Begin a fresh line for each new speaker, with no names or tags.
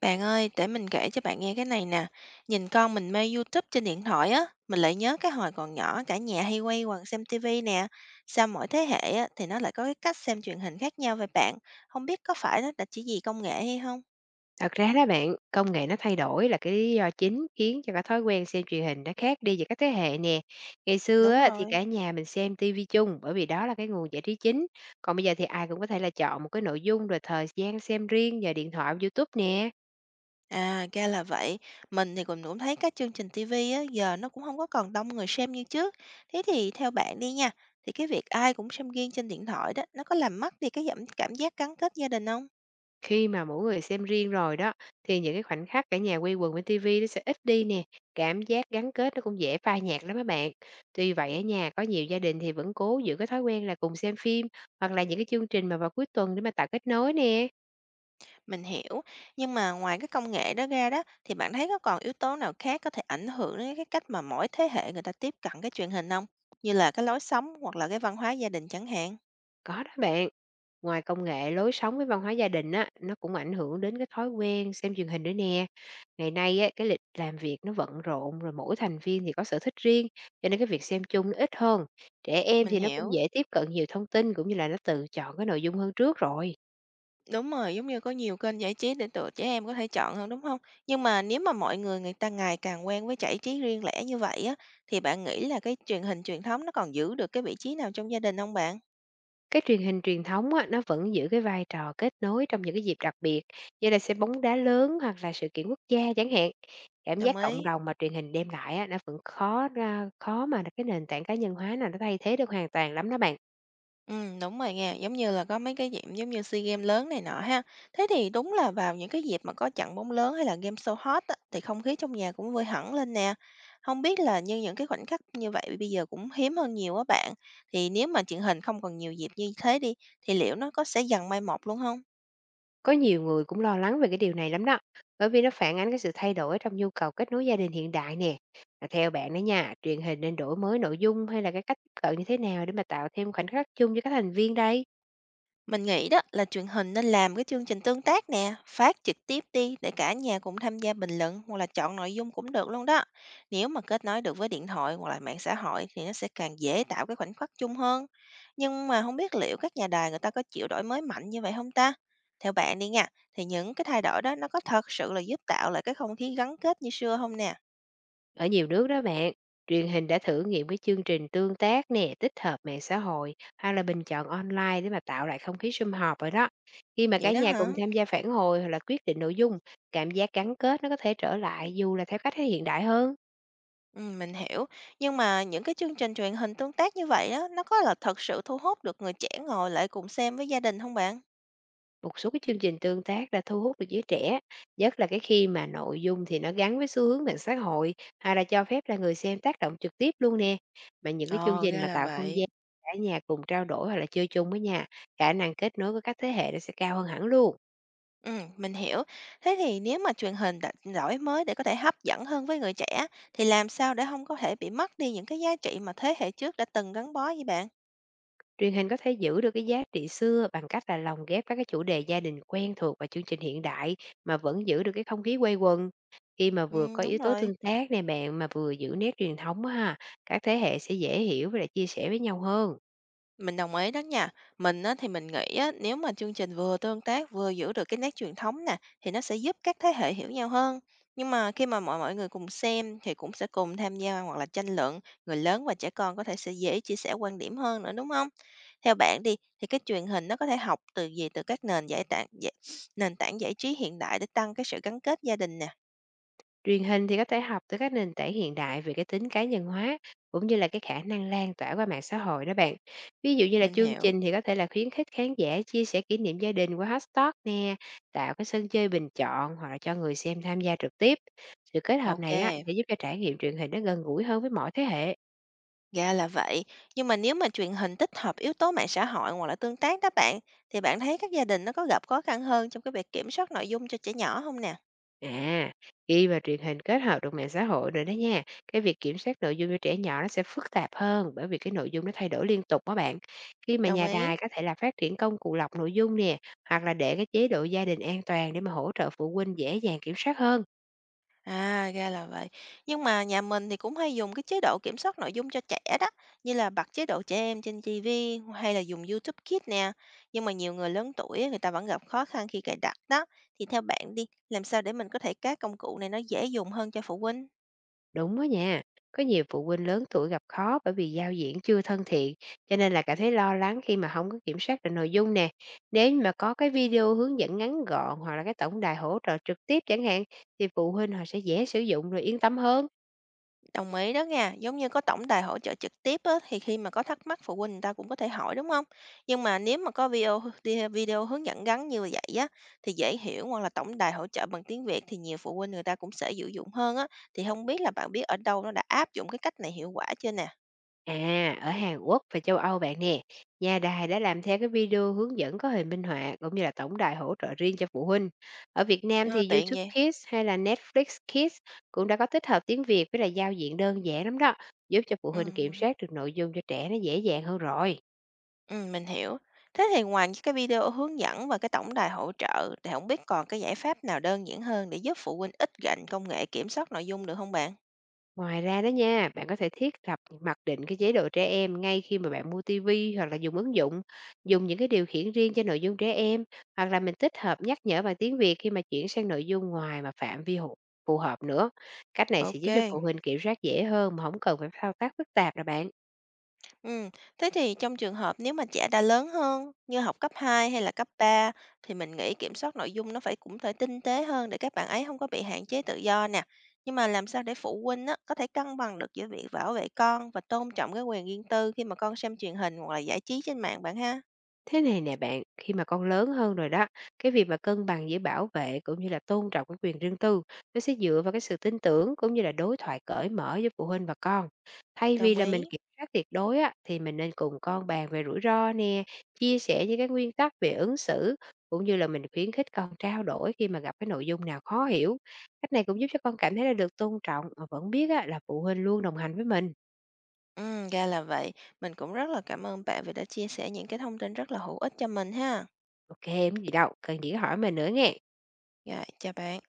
Bạn ơi, để mình kể cho bạn nghe cái này nè. Nhìn con mình mê YouTube trên điện thoại á, mình lại nhớ cái hồi còn nhỏ cả nhà hay quay quần xem TV nè. Sao mỗi thế hệ á, thì nó lại có cái cách xem truyền hình khác nhau vậy bạn? Không biết có phải nó đã chỉ vì công nghệ hay không?
Thật ra đó bạn, công nghệ nó thay đổi là cái lý do chính khiến cho cái thói quen xem truyền hình nó khác đi giữa các thế hệ nè. Ngày xưa
Đúng
á, thì
rồi.
cả nhà mình xem tivi chung bởi vì đó là cái nguồn giải trí chính. Còn bây giờ thì ai cũng có thể là chọn một cái nội dung rồi thời gian xem riêng nhờ điện thoại, YouTube nè.
À, ra là vậy. Mình thì cũng cũng thấy các chương trình TV á, giờ nó cũng không có còn đông người xem như trước. Thế thì theo bạn đi nha, thì cái việc ai cũng xem riêng trên điện thoại đó, nó có làm mất đi cái cảm giác gắn kết gia đình không?
Khi mà mỗi người xem riêng rồi đó thì những cái khoảnh khắc cả nhà quây quần với tivi nó sẽ ít đi nè. Cảm giác gắn kết nó cũng dễ phai nhạt lắm các bạn. Tuy vậy ở nhà có nhiều gia đình thì vẫn cố giữ cái thói quen là cùng xem phim hoặc là những cái chương trình mà vào cuối tuần để mà tạo kết nối nè.
Mình hiểu, nhưng mà ngoài cái công nghệ đó ra đó thì bạn thấy có còn yếu tố nào khác có thể ảnh hưởng đến cái cách mà mỗi thế hệ người ta tiếp cận cái truyền hình không? Như là cái lối sống hoặc là cái văn hóa gia đình chẳng hạn.
Có đó bạn. Ngoài công nghệ, lối sống với văn hóa gia đình á, nó cũng ảnh hưởng đến cái thói quen xem truyền hình nữa nè. Ngày nay á, cái lịch làm việc nó bận rộn rồi mỗi thành viên thì có sở thích riêng, cho nên cái việc xem chung nó ít hơn. Trẻ em
Mình
thì nó cũng
hiểu.
dễ tiếp cận nhiều thông tin cũng như là nó tự chọn cái nội dung hơn trước rồi.
Đúng rồi, giống như có nhiều kênh giải trí để tụi trẻ em có thể chọn hơn đúng không? Nhưng mà nếu mà mọi người người ta ngày càng quen với giải trí riêng lẻ như vậy á, thì bạn nghĩ là cái truyền hình truyền thống nó còn giữ được cái vị trí nào trong gia đình không bạn?
Cái truyền hình truyền thống á, nó vẫn giữ cái vai trò kết nối trong những cái dịp đặc biệt, như là xem bóng đá lớn hoặc là sự kiện quốc gia chẳng hạn. Cảm giác
Đồng
cộng
ý.
đồng mà truyền hình đem lại á, nó vẫn khó mà cái nền tảng cá nhân hóa nào nó thay thế được hoàn toàn lắm đó bạn.
Đúng rồi nha, giống như là có mấy cái dịp giống như SEA Games lớn này nọ ha. Thế thì đúng là vào những cái dịp mà có trận bóng lớn hay là game show hot á, thì không khí trong nhà cũng vơi hẳn lên nè. Không biết là như những cái khoảnh khắc như vậy bây giờ cũng hiếm hơn nhiều á bạn, thì nếu mà truyền hình không còn nhiều dịp như thế đi, thì liệu nó có sẽ dần mai một luôn không?
Có nhiều người cũng lo lắng về cái điều này lắm đó, bởi vì nó phản ánh cái sự thay đổi trong nhu cầu kết nối gia đình hiện đại nè. Và theo bạn đó nha, truyền hình nên đổi mới nội dung hay là cái cách tiếp cận như thế nào để mà tạo thêm khoảnh khắc chung cho các thành viên đây?
Mình nghĩ đó là truyền hình nên làm cái chương trình tương tác nè, phát trực tiếp đi để cả nhà cùng tham gia bình luận hoặc là chọn nội dung cũng được luôn đó. Nếu mà kết nối được với điện thoại hoặc là mạng xã hội thì nó sẽ càng dễ tạo cái khoảnh khắc chung hơn. Nhưng mà không biết liệu các nhà đài người ta có chịu đổi mới mạnh như vậy không ta? Theo bạn đi nha, thì những cái thay đổi đó nó có thật sự là giúp tạo lại cái không khí gắn kết như xưa không nè?
Ở nhiều nước đó bạn, truyền hình đã thử nghiệm cái chương trình tương tác nè, tích hợp mạng xã hội hay là bình chọn online để mà tạo lại không khí sum họp rồi đó. Khi mà
Vậy
cả
đó
nhà
hả?
cùng tham gia phản hồi hoặc là quyết định nội dung, cảm giác gắn kết nó có thể trở lại dù là theo cách thể hiện đại hơn.
Mình hiểu. Nhưng mà những cái chương trình truyền hình tương tác như vậy á, nó có là thật sự thu hút được người trẻ ngồi lại cùng xem với gia đình không bạn?
Một số cái chương trình tương tác đã thu hút được giới trẻ, nhất là cái khi mà nội dung thì nó gắn với xu hướng mạng xã hội hay là cho phép là người xem tác động trực tiếp luôn nè. Mà những cái chương
Ồ,
trình
ra
mà
là
tạo không gian
vậy.
cả nhà cùng trao đổi hoặc là chơi chung với nhà, khả năng kết nối với các thế hệ nó sẽ cao hơn hẳn luôn.
Mình hiểu. Thế thì nếu mà truyền hình đã đổi mới để có thể hấp dẫn hơn với người trẻ, thì làm sao để không có thể bị mất đi những cái giá trị mà thế hệ trước đã từng gắn bó với bạn?
Truyền hình có thể giữ được cái giá trị xưa bằng cách là lồng ghép các cái chủ đề gia đình quen thuộc và chương trình hiện đại mà vẫn giữ được cái không khí quây quần. Khi mà vừa có
Đúng
yếu tố
rồi.
tương tác nè bạn mà vừa giữ nét truyền thống á ha, các thế hệ sẽ dễ hiểu và lại chia sẻ với nhau hơn.
Mình đồng ý đó nha. Mình á, thì mình nghĩ á, nếu mà chương trình vừa tương tác vừa giữ được cái nét truyền thống nè thì nó sẽ giúp các thế hệ hiểu nhau hơn. Nhưng mà khi mà mọi mọi người cùng xem thì cũng sẽ cùng tham gia hoặc là tranh luận, người lớn và trẻ con có thể sẽ dễ chia sẻ quan điểm hơn nữa đúng không? Theo bạn đi thì cái truyền hình nó có thể học từ gì từ các nền giải tảng giải, nền tảng giải trí hiện đại để tăng cái sự gắn kết gia đình nè.
Truyền hình thì có thể học từ các nền tảng hiện đại về cái tính cá nhân hóa cũng như là cái khả năng lan tỏa qua mạng xã hội đó bạn. Ví dụ như là
Mình
chương
hiểu.
trình thì có thể là khuyến khích khán giả chia sẻ kỷ niệm gia đình qua hashtag nè, tạo cái sân chơi bình chọn hoặc là cho người xem tham gia trực tiếp. Sự kết hợp
Ok.
này á, sẽ giúp cho trải nghiệm truyền hình nó gần gũi hơn với mọi thế hệ.
Ra là vậy. Nhưng mà nếu mà truyền hình tích hợp yếu tố mạng xã hội hoặc là tương tác đó bạn, thì bạn thấy các gia đình nó có gặp khó khăn hơn trong cái việc kiểm soát nội dung cho trẻ nhỏ không nè?
À, khi mà truyền hình kết hợp được mạng xã hội rồi đó nha, cái việc kiểm soát nội dung cho trẻ nhỏ nó sẽ phức tạp hơn bởi vì cái nội dung nó thay đổi liên tục đó bạn. Khi mà
Đồng
nhà
ý.
đài có thể là phát triển công cụ lọc nội dung nè, hoặc là để cái chế độ gia đình an toàn để mà hỗ trợ phụ huynh dễ dàng kiểm soát hơn.
À, ra là vậy. Nhưng mà nhà mình thì cũng hay dùng cái chế độ kiểm soát nội dung cho trẻ đó, như là bật chế độ trẻ em trên TV hay là dùng YouTube Kids nè. Nhưng mà nhiều người lớn tuổi á, người ta vẫn gặp khó khăn khi cài đặt đó. Thì theo bạn đi, làm sao để mình có thể các công cụ này nó dễ dùng hơn cho phụ huynh?
Đúng đó nha, có nhiều phụ huynh lớn tuổi gặp khó bởi vì giao diện chưa thân thiện, cho nên là cảm thấy lo lắng khi mà không có kiểm soát được nội dung nè. Nếu như mà có cái video hướng dẫn ngắn gọn hoặc là cái tổng đài hỗ trợ trực tiếp chẳng hạn, thì phụ huynh họ sẽ dễ sử dụng rồi yên tâm hơn.
Đồng ý đó nha, giống như có tổng đài hỗ trợ trực tiếp á, thì khi mà có thắc mắc phụ huynh người ta cũng có thể hỏi đúng không? Nhưng mà nếu mà có video hướng dẫn ngắn như vậy á thì dễ hiểu hoặc là tổng đài hỗ trợ bằng tiếng Việt thì nhiều phụ huynh người ta cũng sẽ sử dụng hơn á, thì không biết là bạn biết ở đâu nó đã áp dụng cái cách này hiệu quả chưa nè?
À, ở Hàn Quốc và châu Âu bạn nè, nhà đài đã làm theo cái video hướng dẫn có hình minh họa cũng như là tổng đài hỗ trợ riêng cho phụ huynh. Ở Việt Nam
Ờ,
thì
tiện
YouTube
vậy.
Kids hay là Netflix Kids cũng đã có tích hợp tiếng Việt với là giao diện đơn giản lắm đó, giúp cho phụ
Ừ,
huynh kiểm
ừ,
soát được nội dung cho trẻ nó dễ dàng hơn rồi.
ừ, mình hiểu. Thế thì ngoài những cái video hướng dẫn và cái tổng đài hỗ trợ thì không biết còn cái giải pháp nào đơn giản hơn để giúp phụ huynh ít gạnh công nghệ kiểm soát nội dung được không bạn?
Ngoài ra đó nha, bạn có thể thiết lập mặc định cái chế độ trẻ em ngay khi mà bạn mua tivi hoặc là dùng ứng dụng, dùng những cái điều khiển riêng cho nội dung trẻ em hoặc là mình tích hợp nhắc nhở bằng tiếng Việt khi mà chuyển sang nội dung ngoài mà phạm vi phù hợp nữa. Cách này sẽ
Ok.
giúp cho phụ huynh kiểm soát dễ hơn mà không cần phải thao tác phức tạp nè bạn.
Ừ, thế thì trong trường hợp nếu mà trẻ đã lớn hơn, như học cấp 2 hay là cấp 3, thì mình nghĩ kiểm soát nội dung nó phải cũng phải tinh tế hơn để các bạn ấy không có bị hạn chế tự do nè. Nhưng mà làm sao để phụ huynh á, có thể cân bằng được giữa việc bảo vệ con và tôn trọng cái quyền riêng tư khi mà con xem truyền hình hoặc là giải trí trên mạng bạn ha?
Thế này nè bạn, khi mà con lớn hơn rồi đó, cái việc mà cân bằng giữa bảo vệ cũng như là tôn trọng cái quyền riêng tư, nó sẽ dựa vào cái sự tin tưởng cũng như là đối thoại cởi mở với phụ huynh và con. Thay vì
Đồng
là mình
ý.
kiểm soát tuyệt đối á, thì mình nên cùng con bàn về rủi ro nè, chia sẻ những cái nguyên tắc về ứng xử, cũng như là mình khuyến khích con trao đổi khi mà gặp cái nội dung nào khó hiểu. Cách này cũng giúp cho con cảm thấy là được tôn trọng mà vẫn biết á, là phụ huynh luôn đồng hành với mình.
Ừ, ra là vậy. Mình cũng rất là cảm ơn bạn vì đã chia sẻ những cái thông tin rất là hữu ích cho mình ha.
OK, không gì đâu, cần gì cứ hỏi mình nữa nghe.
Rồi, chào bạn.